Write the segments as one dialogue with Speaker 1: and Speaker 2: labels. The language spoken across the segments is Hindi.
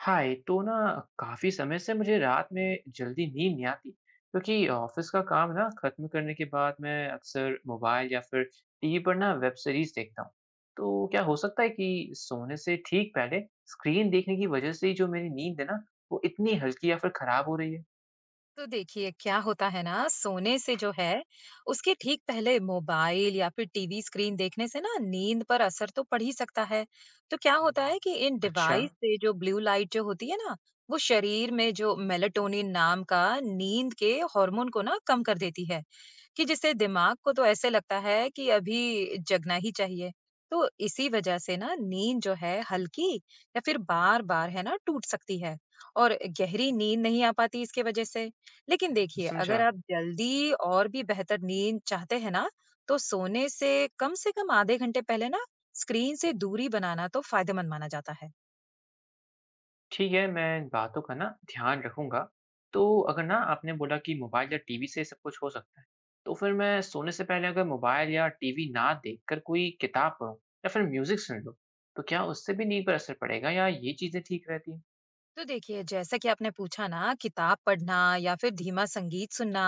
Speaker 1: हाय तो ना काफी समय से मुझे रात में जल्दी नींद नहीं आती क्योंकि ऑफिस का काम ना खत्म करने के बाद मैं अक्सर मोबाइल या फिर टीवी पर ना वेब सीरीज देखता हूँ। तो क्या हो सकता है कि सोने से ठीक पहले स्क्रीन देखने की वजह से ही जो मेरी नींद है ना, वो इतनी हल्की या फिर खराब हो रही है?
Speaker 2: तो देखिए क्या होता है ना सोने से जो है उसके ठीक पहले मोबाइल या फिर टीवी स्क्रीन देखने से ना नींद पर असर तो पड़ ही सकता है। तो क्या होता है कि इन
Speaker 1: अच्छा।
Speaker 2: डिवाइस से जो ब्लू लाइट जो होती है ना वो शरीर में जो मेलाटोनिन नाम का नींद के हार्मोन को ना कम कर देती है कि जिससे दिमाग को तो ऐसे लगता है कि अभी जगना ही चाहिए। तो इसी वजह से ना नींद जो है हल्की या फिर बार-बार है ना टूट सकती है और गहरी नींद नहीं आ पाती इसकी वजह से। लेकिन देखिए
Speaker 1: समझा।
Speaker 2: अगर आप जल्दी और भी बेहतर नींद चाहते हैं ना, तो सोने से कम आधे घंटे पहले ना स्क्रीन से दूरी बनाना तो फायदेमंद माना जाता है।
Speaker 1: ठीक है, मैं इन बातों का ना ध्यान रखूँगा। तो अगर ना आपने बोला कि मोबाइल या टीवी से सब कुछ हो सकता है, तो फिर मैं सोने से पहले अगर मोबाइल या टीवी ना देखकर कोई किताब पढूँ या फिर म्यूज़िक सुन लूँ, तो क्या उससे भी नींद पर असर पड़ेगा या ये चीज़ें ठीक रहती हैं?
Speaker 2: तो देखिए जैसा कि आपने पूछा ना किताब पढ़ना या फिर धीमा संगीत सुनना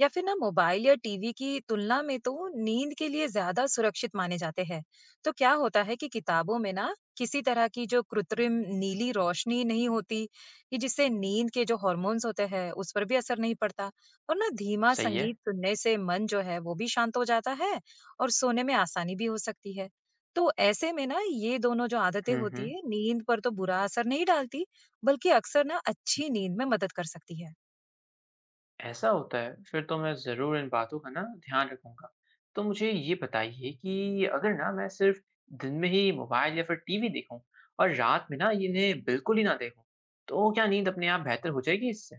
Speaker 2: या फिर ना मोबाइल या टीवी की तुलना में तो नींद के लिए ज्यादा सुरक्षित माने जाते हैं। तो क्या होता है कि किताबों में ना किसी तरह की जो कृत्रिम नीली रोशनी नहीं होती कि जिससे नींद के जो हॉर्मोन्स होते हैं उस पर भी असर नहीं पड़ता, और ना धीमा
Speaker 1: सही है।
Speaker 2: संगीत सुनने से मन जो है वो भी शांत हो जाता है और सोने में आसानी भी हो सकती है। तो ऐसे में ना ये दोनों जो आदतें
Speaker 1: हुँ,
Speaker 2: होती
Speaker 1: हुँ।
Speaker 2: है नींद पर तो बुरा असर नहीं डालती, बल्कि अक्सर ना अच्छी नींद में मदद कर सकती है।
Speaker 1: ऐसा होता है, फिर तो मैं ज़रूर इन बातों का ना ध्यान रखूँगा। तो मुझे ये बताइए कि अगर ना मैं सिर्फ़ दिन में ही मोबाइल या फिर टीवी देखूँ और रात में ना इन्हें बिल्कुल ही ना देखूँ, तो क्या नींद अपने आप बेहतर हो जाएगी इससे?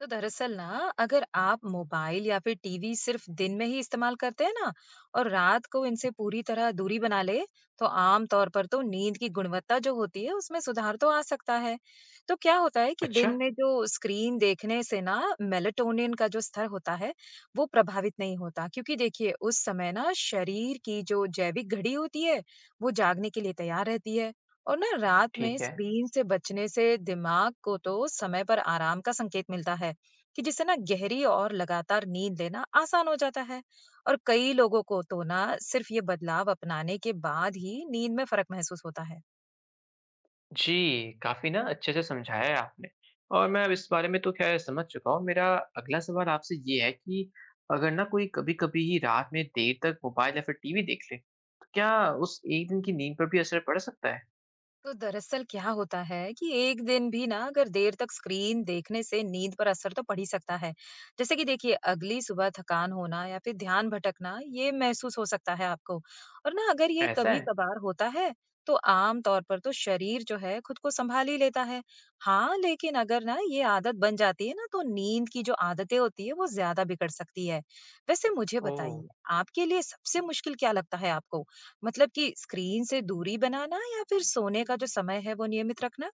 Speaker 2: तो दरअसल ना अगर आप मोबाइल या फिर टीवी सिर्फ दिन में ही इस्तेमाल करते हैं ना और रात को इनसे पूरी तरह दूरी बना ले, तो आम तौर पर तो नींद की गुणवत्ता जो होती है उसमें सुधार तो आ सकता है। तो क्या होता है कि
Speaker 1: अच्छा,
Speaker 2: दिन में जो स्क्रीन देखने से ना मेलाटोनिन का जो स्तर होता है वो प्रभावित नहीं होता, क्योंकि देखिए उस समय ना शरीर की जो जैविक घड़ी होती है वो जागने के लिए तैयार रहती है। और ना रात में
Speaker 1: ठीक है।
Speaker 2: स्क्रीन से बचने से दिमाग को तो समय पर आराम का संकेत मिलता है कि जिससे ना गहरी और लगातार नींद लेना आसान हो जाता है, और कई लोगों को तो ना सिर्फ ये बदलाव अपनाने के बाद ही नींद में फर्क महसूस होता है।
Speaker 1: जी, काफ़ी ना अच्छे से समझाया है आपने और मैं अब इस बारे में तो ख़ैर समझ चुका हूँ। मेरा अगला सवाल आपसे ये है कि अगर ना कोई कभी-कभी ही रात में देर तक मोबाइल या फिर टीवी देख ले, तो क्या उस एक दिन की नींद पर भी असर पड़ सकता है?
Speaker 2: तो दरअसल क्या होता है कि एक दिन भी ना अगर देर तक स्क्रीन देखने से नींद पर असर तो पड़ ही सकता है। जैसे कि देखिए अगली सुबह थकान होना या फिर ध्यान भटकना, ये महसूस हो सकता है आपको। और ना अगर ये
Speaker 1: ऐसा
Speaker 2: कभी
Speaker 1: है?
Speaker 2: कभार होता है तो आम तौर पर तो शरीर जो है खुद को संभाल ही लेता है। हाँ, लेकिन अगर ना ये आदत बन जाती है ना, तो नींद की जो आदतें होती है वो ज्यादा बिगड़ सकती है। वैसे मुझे
Speaker 1: ओह!
Speaker 2: बताइए, आपके लिए सबसे मुश्किल क्या लगता है आपको? मतलब कि स्क्रीन से दूरी बनाना या फिर सोने का जो समय है वो नियमित रखना?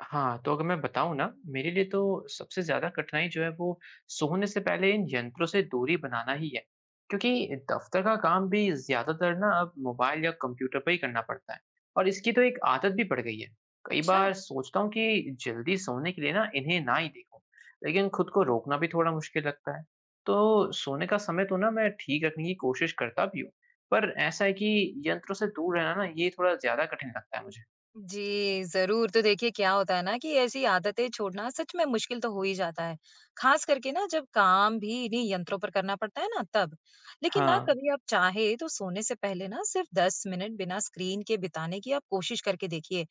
Speaker 1: हाँ, तो अगर मैं बताऊँ ना, मेरे लिए तो सबसे ज़्यादा कठिनाई जो है वो सोने से पहले इन यंत्रों से दूरी बनाना ही है। क्योंकि दफ़्तर का काम भी ज़्यादातर ना अब मोबाइल या कंप्यूटर पर ही करना पड़ता है और इसकी तो एक आदत भी पड़ गई है। कई
Speaker 2: अच्छा।
Speaker 1: बार सोचता हूँ कि जल्दी सोने के लिए ना इन्हें ना ही देखूँ, लेकिन खुद को रोकना भी थोड़ा मुश्किल लगता है। तो सोने का समय तो ना मैं ठीक रखने की कोशिश करता भी हूँ, पर ऐसा है कि यंत्रों से दूर रहना ना ये थोड़ा ज़्यादा कठिन लगता है मुझे।
Speaker 2: जी जरूर। तो देखिए क्या होता है ना कि ऐसी आदतें छोड़ना सच में मुश्किल तो हो ही जाता है, खास करके ना जब काम भी इन्हीं यंत्रों पर करना पड़ता है ना तब। लेकिन ना
Speaker 1: हाँ।
Speaker 2: कभी आप चाहे तो सोने से पहले ना सिर्फ 10 मिनट बिना स्क्रीन के बिताने की आप कोशिश करके देखिए।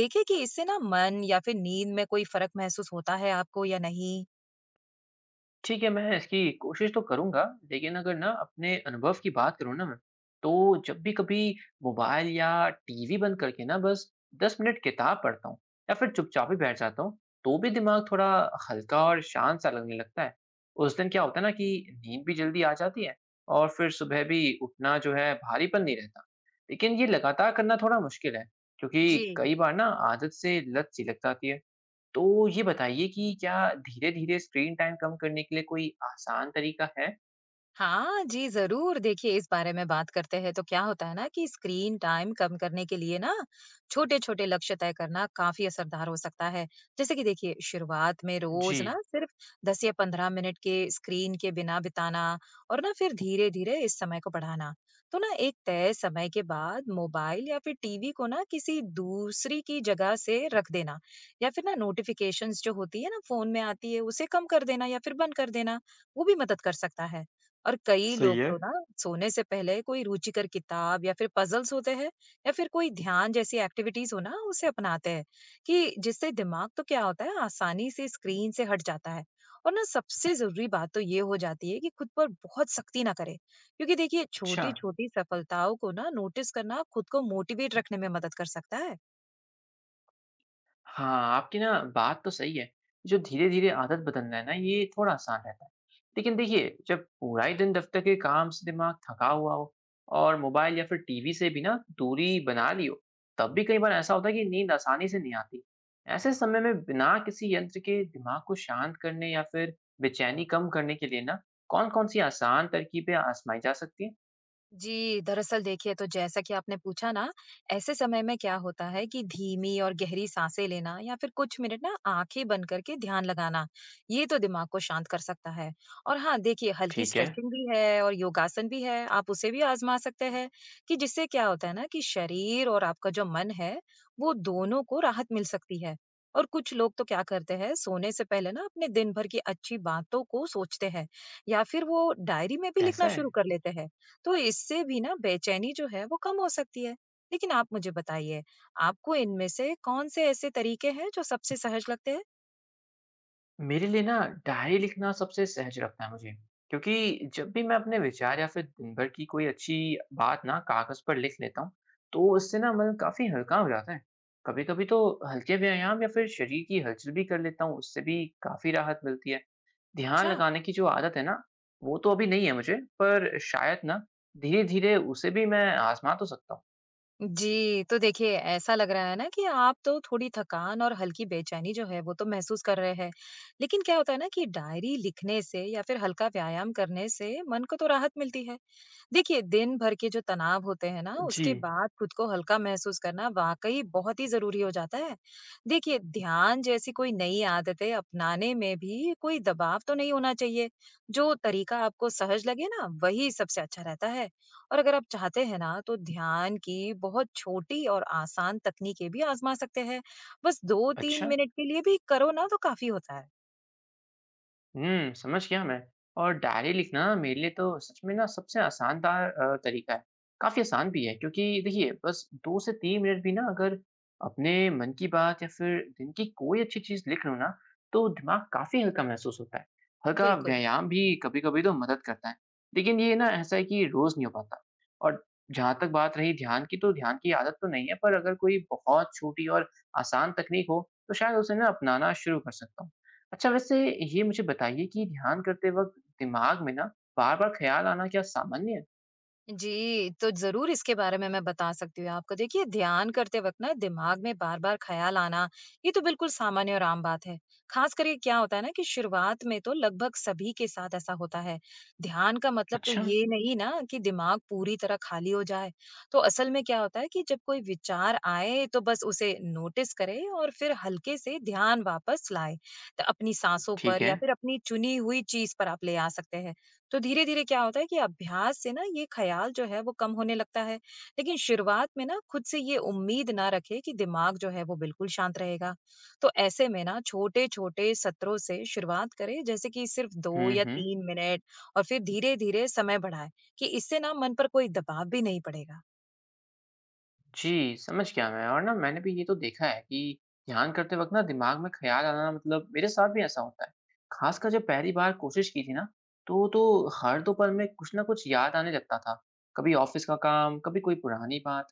Speaker 2: देखिए कि इससे ना मन या फिर नींद में कोई फर्क महसूस होता है आपको या नहीं।
Speaker 1: ठीक है, मैं इसकी कोशिश तो करूँगा, लेकिन अगर ना अपने अनुभव की बात करूँ ना मैं, तो जब भी कभी मोबाइल या टीवी बंद करके ना बस 10 मिनट किताब पढ़ता हूँ या फिर चुपचाप ही बैठ जाता हूँ, तो भी दिमाग थोड़ा हल्का और शांत सा लगने लगता है। उस दिन क्या होता है ना कि नींद भी जल्दी आ जाती है और फिर सुबह भी उठना जो है, भारीपन नहीं रहता। लेकिन ये लगातार करना थोड़ा मुश्किल है, क्योंकि
Speaker 2: जी।
Speaker 1: कई बार ना आदत से लत सी लग जाती है। तो ये बताइए कि क्या धीरे-धीरे स्क्रीन टाइम कम करने के लिए कोई आसान तरीका है?
Speaker 2: हाँ जी, ज़रूर। देखिए, इस बारे में बात करते हैं तो क्या होता है ना कि स्क्रीन टाइम कम करने के लिए ना छोटे-छोटे लक्ष्य तय करना काफ़ी असरदार हो सकता है। जैसे कि देखिए, शुरुआत में
Speaker 1: जी।
Speaker 2: रोज़ ना सिर्फ़ 10 या 15 मिनट के स्क्रीन के बिना बिताना और ना फिर धीरे-धीरे इस समय को बढ़ाना। तो ना एक तय समय के बाद मोबाइल या फिर टीवी को ना किसी दूसरी की जगह से रख देना, या फिर ना नोटिफ़िकेशंस जो होती है ना फ़ोन में आती है, उसे कम कर देना या फिर बंद कर देना, वो भी मदद कर सकता है। और कई
Speaker 1: सही
Speaker 2: लोग
Speaker 1: है।
Speaker 2: तो ना सोने से पहले कोई रुचिकर किताब या फिर पजल्स होते हैं या फिर कोई ध्यान जैसी एक्टिविटीज हो ना उसे अपनाते हैं कि जिससे दिमाग तो क्या होता है आसानी से स्क्रीन से हट जाता है। और ना सबसे जरूरी बात तो ये हो जाती है कि खुद पर बहुत सख्ती ना करें, क्योंकि देखिए
Speaker 1: अच्छा।
Speaker 2: छोटी छोटी सफलताओं को ना नोटिस करना खुद को मोटिवेट रखने में मदद कर सकता है।
Speaker 1: हाँ, आपकी ना बात तो सही है। जो धीरे-धीरे आदत बदलना है ना, ये थोड़ा आसान रहता है। लेकिन देखिए, जब पूरा ही दिन दफ्तर के काम से दिमाग थका हुआ हो और मोबाइल या फिर टीवी से भी ना दूरी बना ली हो, तब भी कई बार ऐसा होता है कि नींद आसानी से नहीं आती। ऐसे समय में बिना किसी यंत्र के दिमाग को शांत करने या फिर बेचैनी कम करने के लिए ना, कौन-कौन सी आसान तरकीबें आजमाई जा सकती हैं?
Speaker 2: जी, दरअसल देखिए तो जैसा कि आपने पूछा ना, ऐसे समय में क्या होता है कि धीमी और गहरी साँसें लेना या फिर कुछ मिनट ना आँखें बंद करके ध्यान लगाना, ये तो दिमाग को शांत कर सकता है। और हाँ, देखिए हल्की
Speaker 1: ठीक है,
Speaker 2: स्ट्रेचिंग भी है और योगासन भी है, आप उसे भी आज़मा सकते हैं कि जिससे क्या होता है ना कि शरीर और आपका जो मन है, वो दोनों को राहत मिल सकती है। और कुछ लोग तो क्या करते हैं, सोने से पहले ना अपने दिन भर की अच्छी बातों को सोचते हैं या फिर वो डायरी में भी लिखना
Speaker 1: ऐसा
Speaker 2: शुरू
Speaker 1: है।
Speaker 2: कर लेते हैं। तो इससे भी ना बेचैनी जो है वो कम हो सकती है। लेकिन आप मुझे बताइए, आपको इनमें से कौन से ऐसे तरीके हैं जो सबसे सहज लगते हैं?
Speaker 1: मेरे लिए ना डायरी लिखना सबसे सहज लगता है मुझे, क्योंकि जब भी मैं अपने विचार या फिर दिन भर की कोई अच्छी बात ना कागज पर लिख लेता हूँ, तो इससे ना मन काफी हल्का हो जाता है। कभी कभी तो हल्के व्यायाम या फिर शरीर की हलचल भी कर लेता हूँ, उससे भी काफी राहत मिलती है। ध्यान
Speaker 2: अच्छा।
Speaker 1: लगाने की जो आदत है ना, वो तो अभी नहीं है मुझे। पर शायद ना धीरे धीरे उसे भी मैं आजमा तो सकता हूँ।
Speaker 2: जी, तो देखिए ऐसा लग रहा है ना कि आप तो थोड़ी थकान और हल्की बेचैनी जो है वो तो महसूस कर रहे हैं। लेकिन क्या होता है ना कि डायरी लिखने से या फिर हल्का व्यायाम करने से मन को तो राहत मिलती है। देखिए दिन भर के जो तनाव होते हैं ना
Speaker 1: जी।
Speaker 2: उसके बाद खुद को हल्का महसूस करना वाकई बहुत ही जरूरी हो जाता है। देखिए ध्यान जैसी कोई नई आदतें अपनाने में भी कोई दबाव तो नहीं होना चाहिए। जो तरीका आपको सहज लगे ना वही सबसे अच्छा रहता है। और अगर आप चाहते हैं ना तो ध्यान की बहुत छोटी और आसान तकनीकें भी आजमा सकते हैं, बस दो तीन
Speaker 1: अच्छा।
Speaker 2: मिनट के लिए भी करो ना तो काफी होता है।
Speaker 1: हुँ, समझ गया मैं। और डायरी लिखना मेरे लिए तो सच में ना सबसे आसान तरीका है। काफ़ी आसान भी है क्योंकि देखिए बस 2 से 3 मिनट भी ना अगर अपने मन की बात या फिर दिन की कोई अच्छी चीज़ लिख लूँ ना, तो दिमाग काफ़ी हल्का महसूस होता है। हल्का
Speaker 2: बिल्कुल।
Speaker 1: व्यायाम भी कभी-कभी तो मदद करता है। लेकिन ये ना ऐसा है कि रोज़ नहीं हो पाता। और जहाँ तक बात रही ध्यान की, तो ध्यान की आदत तो नहीं है, पर अगर कोई बहुत छोटी और आसान तकनीक हो, तो शायद उसे ना अपनाना शुरू कर सकता हूँ। अच्छा, वैसे ये मुझे बताइए कि ध्यान करते वक़्त दिमाग में ना बार-बार ख़्याल आना क्या सामान्य है?
Speaker 2: जी, तो ज़रूर इसके बारे में मैं बता सकती हूँ आपको। देखिए, ध्यान करते वक़्त ना दिमाग में बार-बार ख़्याल आना, ये तो बिल्कुल सामान्य और आम बात है। ख़ास करके क्या होता है ना कि शुरुआत में तो लगभग सभी के साथ ऐसा होता है। ध्यान का मतलब तो
Speaker 1: अच्छा,
Speaker 2: ये नहीं ना कि दिमाग पूरी तरह खाली हो जाए। तो असल में क्या होता है कि जब कोई विचार आए, तो बस उसे नोटिस करें और फिर हल्के से ध्यान वापस लाएँ। तो अपनी साँसों
Speaker 1: ठीक
Speaker 2: पर
Speaker 1: है।
Speaker 2: या फिर अपनी चुनी हुई चीज़ पर आप ले आ सकते हैं। तो धीरे-धीरे क्या होता है कि अभ्यास से ना ये ख्याल जो है वो कम होने लगता है। लेकिन शुरुआत में ना खुद से ये उम्मीद ना रखें कि दिमाग जो है वो बिल्कुल शांत रहेगा। तो ऐसे में ना छोटे-छोटे सत्रों से शुरुआत करें, जैसे कि सिर्फ 2
Speaker 1: हुँ,
Speaker 2: या
Speaker 1: हुँ।
Speaker 2: 3 मिनट, और फिर धीरे-धीरे समय बढ़ाएँ कि इससे ना मन पर कोई दबाव भी नहीं पड़ेगा।
Speaker 1: जी, समझ गया मैं। और ना मैंने भी ये तो देखा है कि ध्यान करते वक़्त ना दिमाग में ख़्याल आना, मतलब मेरे साथ भी ऐसा होता है। ख़ासकर जब पहली बार कोशिश की थी ना, तो हर दोपहर में कुछ ना कुछ याद आने लगता था। कभी ऑफ़िस का काम, कभी कोई पुरानी बात।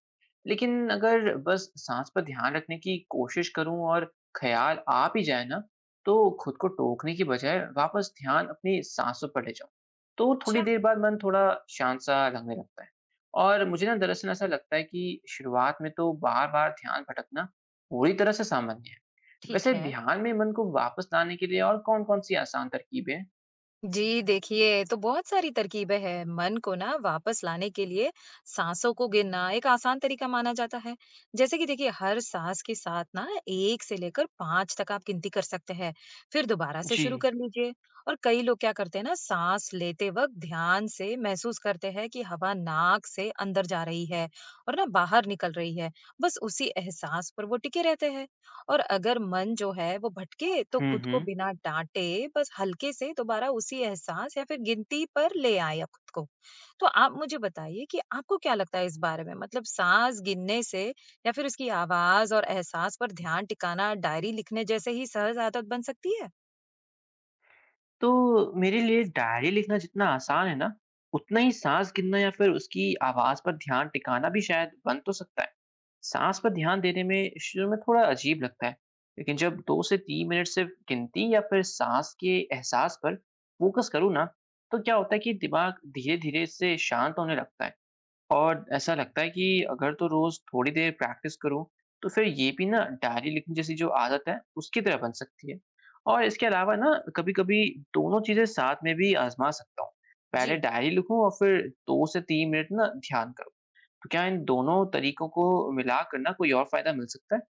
Speaker 1: लेकिन अगर बस साँस पर ध्यान रखने की कोशिश करूँ और ख़्याल आ भी जाए ना, तो खुद को टोकने की बजाय वापस ध्यान अपनी साँसों पर ले जाऊँ। तो थोड़ी
Speaker 2: अच्छा।
Speaker 1: देर बाद मन थोड़ा शांत सा लगने लगता है। और मुझे ना दरअसल ऐसा लगता है कि शुरुआत में तो बार-बार ध्यान भटकना पूरी तरह से सामान्य है।
Speaker 2: ठीक
Speaker 1: वैसे
Speaker 2: है।
Speaker 1: ध्यान में मन को वापस लाने के लिए और कौन-कौन सी आसान तरकीबें हैं?
Speaker 2: जी, देखिए तो बहुत सारी तरकीबें हैं मन को ना वापस लाने के लिए। सांसों को गिनना एक आसान तरीका माना जाता है। जैसे कि देखिए हर सांस के साथ ना 1 से लेकर 5 तक आप गिनती कर सकते हैं, फिर दोबारा से
Speaker 1: जी,
Speaker 2: शुरू कर लीजिए। और कई लोग क्या करते हैं ना, सांस लेते वक्त ध्यान से महसूस करते हैं कि हवा नाक से अंदर जा रही है और ना बाहर निकल रही है, बस उसी एहसास पर वो टिके रहते हैं। और अगर मन जो है वो भटके तो
Speaker 1: हुँ,
Speaker 2: खुद को
Speaker 1: हुँ।
Speaker 2: बिना डांटे बस हल्के से दोबारा उसी एहसास या फिर गिनती पर ले आए आप खुद को। तो आप मुझे बताइए कि आपको क्या लगता है इस बारे में? मतलब सांस गिनने से या फिर उसकी आवाज और एहसास पर ध्यान टिकाना डायरी लिखने जैसे ही सहज आदत बन सकती है?
Speaker 1: तो मेरे लिए डायरी लिखना जितना आसान है ना, उतना ही साँस गिनना या फिर उसकी आवाज़ पर ध्यान टिकाना भी शायद बन तो सकता है। साँस पर ध्यान देने में शुरू में थोड़ा अजीब लगता है, लेकिन जब 2 से 3 मिनट सिर्फ गिनती या फिर साँस के एहसास पर फ़ोकस करूँ ना, तो क्या होता है कि दिमाग धीरे-धीरे इससे शांत होने लगता है। और ऐसा लगता है कि अगर तो रोज़ थोड़ी देर प्रैक्टिस करूँ, तो फिर ये भी ना डायरी लिखने जैसी जो आदत है, उसकी तरह बन सकती है। और इसके अलावा ना कभी-कभी दोनों चीज़ें साथ में भी आज़मा सकता हूँ। पहले
Speaker 2: जी।
Speaker 1: डायरी लिखूँ और फिर 2 से 3 मिनट ना ध्यान करूँ। तो क्या इन दोनों तरीकों को मिलाकर ना कोई और फ़ायदा मिल सकता है?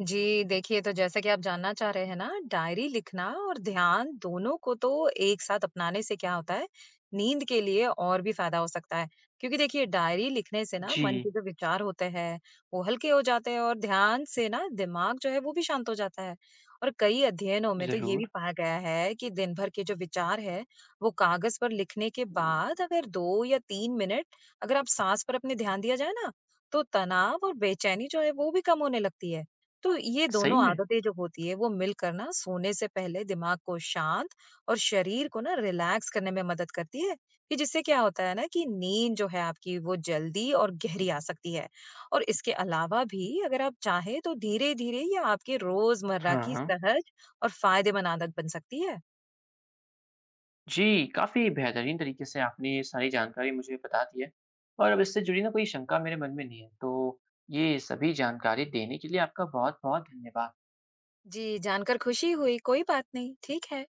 Speaker 2: जी, देखिए तो जैसा कि आप जानना चाह रहे हैं ना, डायरी लिखना और ध्यान दोनों को तो एक साथ अपनाने से क्या होता है, नींद के लिए और भी फ़ायदा हो सकता है। क्योंकि देखिए डायरी लिखने से ना मन के
Speaker 1: जी,
Speaker 2: जो विचार होते हैं, वो हल्के हो जाते हैं, और ध्यान से ना दिमाग जो है वो भी शांत हो जाता है। और कई अध्ययनों में तो ये भी
Speaker 1: ज़रूर।
Speaker 2: पाया गया है कि दिन भर के जो विचार हैं, वो कागज़ पर लिखने के बाद अगर 2 या 3 मिनट अगर आप साँस पर अपने ध्यान दिया जाए ना, तो तनाव और बेचैनी जो है वो भी कम होने लगती है। तो ये
Speaker 1: सही
Speaker 2: दोनों
Speaker 1: में?
Speaker 2: आदतें जो होती है वो मिलकर ना सोने से पहले दिमाग को शांत और शरीर को ना रिलैक्स करने में मदद करती है कि जिससे क्या होता है ना कि नींद जो है आपकी वो जल्दी और गहरी आ सकती है। और इसके अलावा भी अगर आप चाहें तो धीरे धीरे ये आपके रोजमर्रा की
Speaker 1: हाँ।
Speaker 2: सहज और फायदेमंद आदत बन सकती है।
Speaker 1: जी, काफ़ी बेहतरीन तरीके से आपने ये सारी जानकारी मुझे बता दी है और अब इससे जुड़ी ना कोई शंका मेरे मन में नहीं है। तो ये सभी जानकारी देने के लिए आपका बहुत-बहुत धन्यवाद।
Speaker 2: जी, जानकर खुशी हुई। कोई बात नहीं। ठीक है।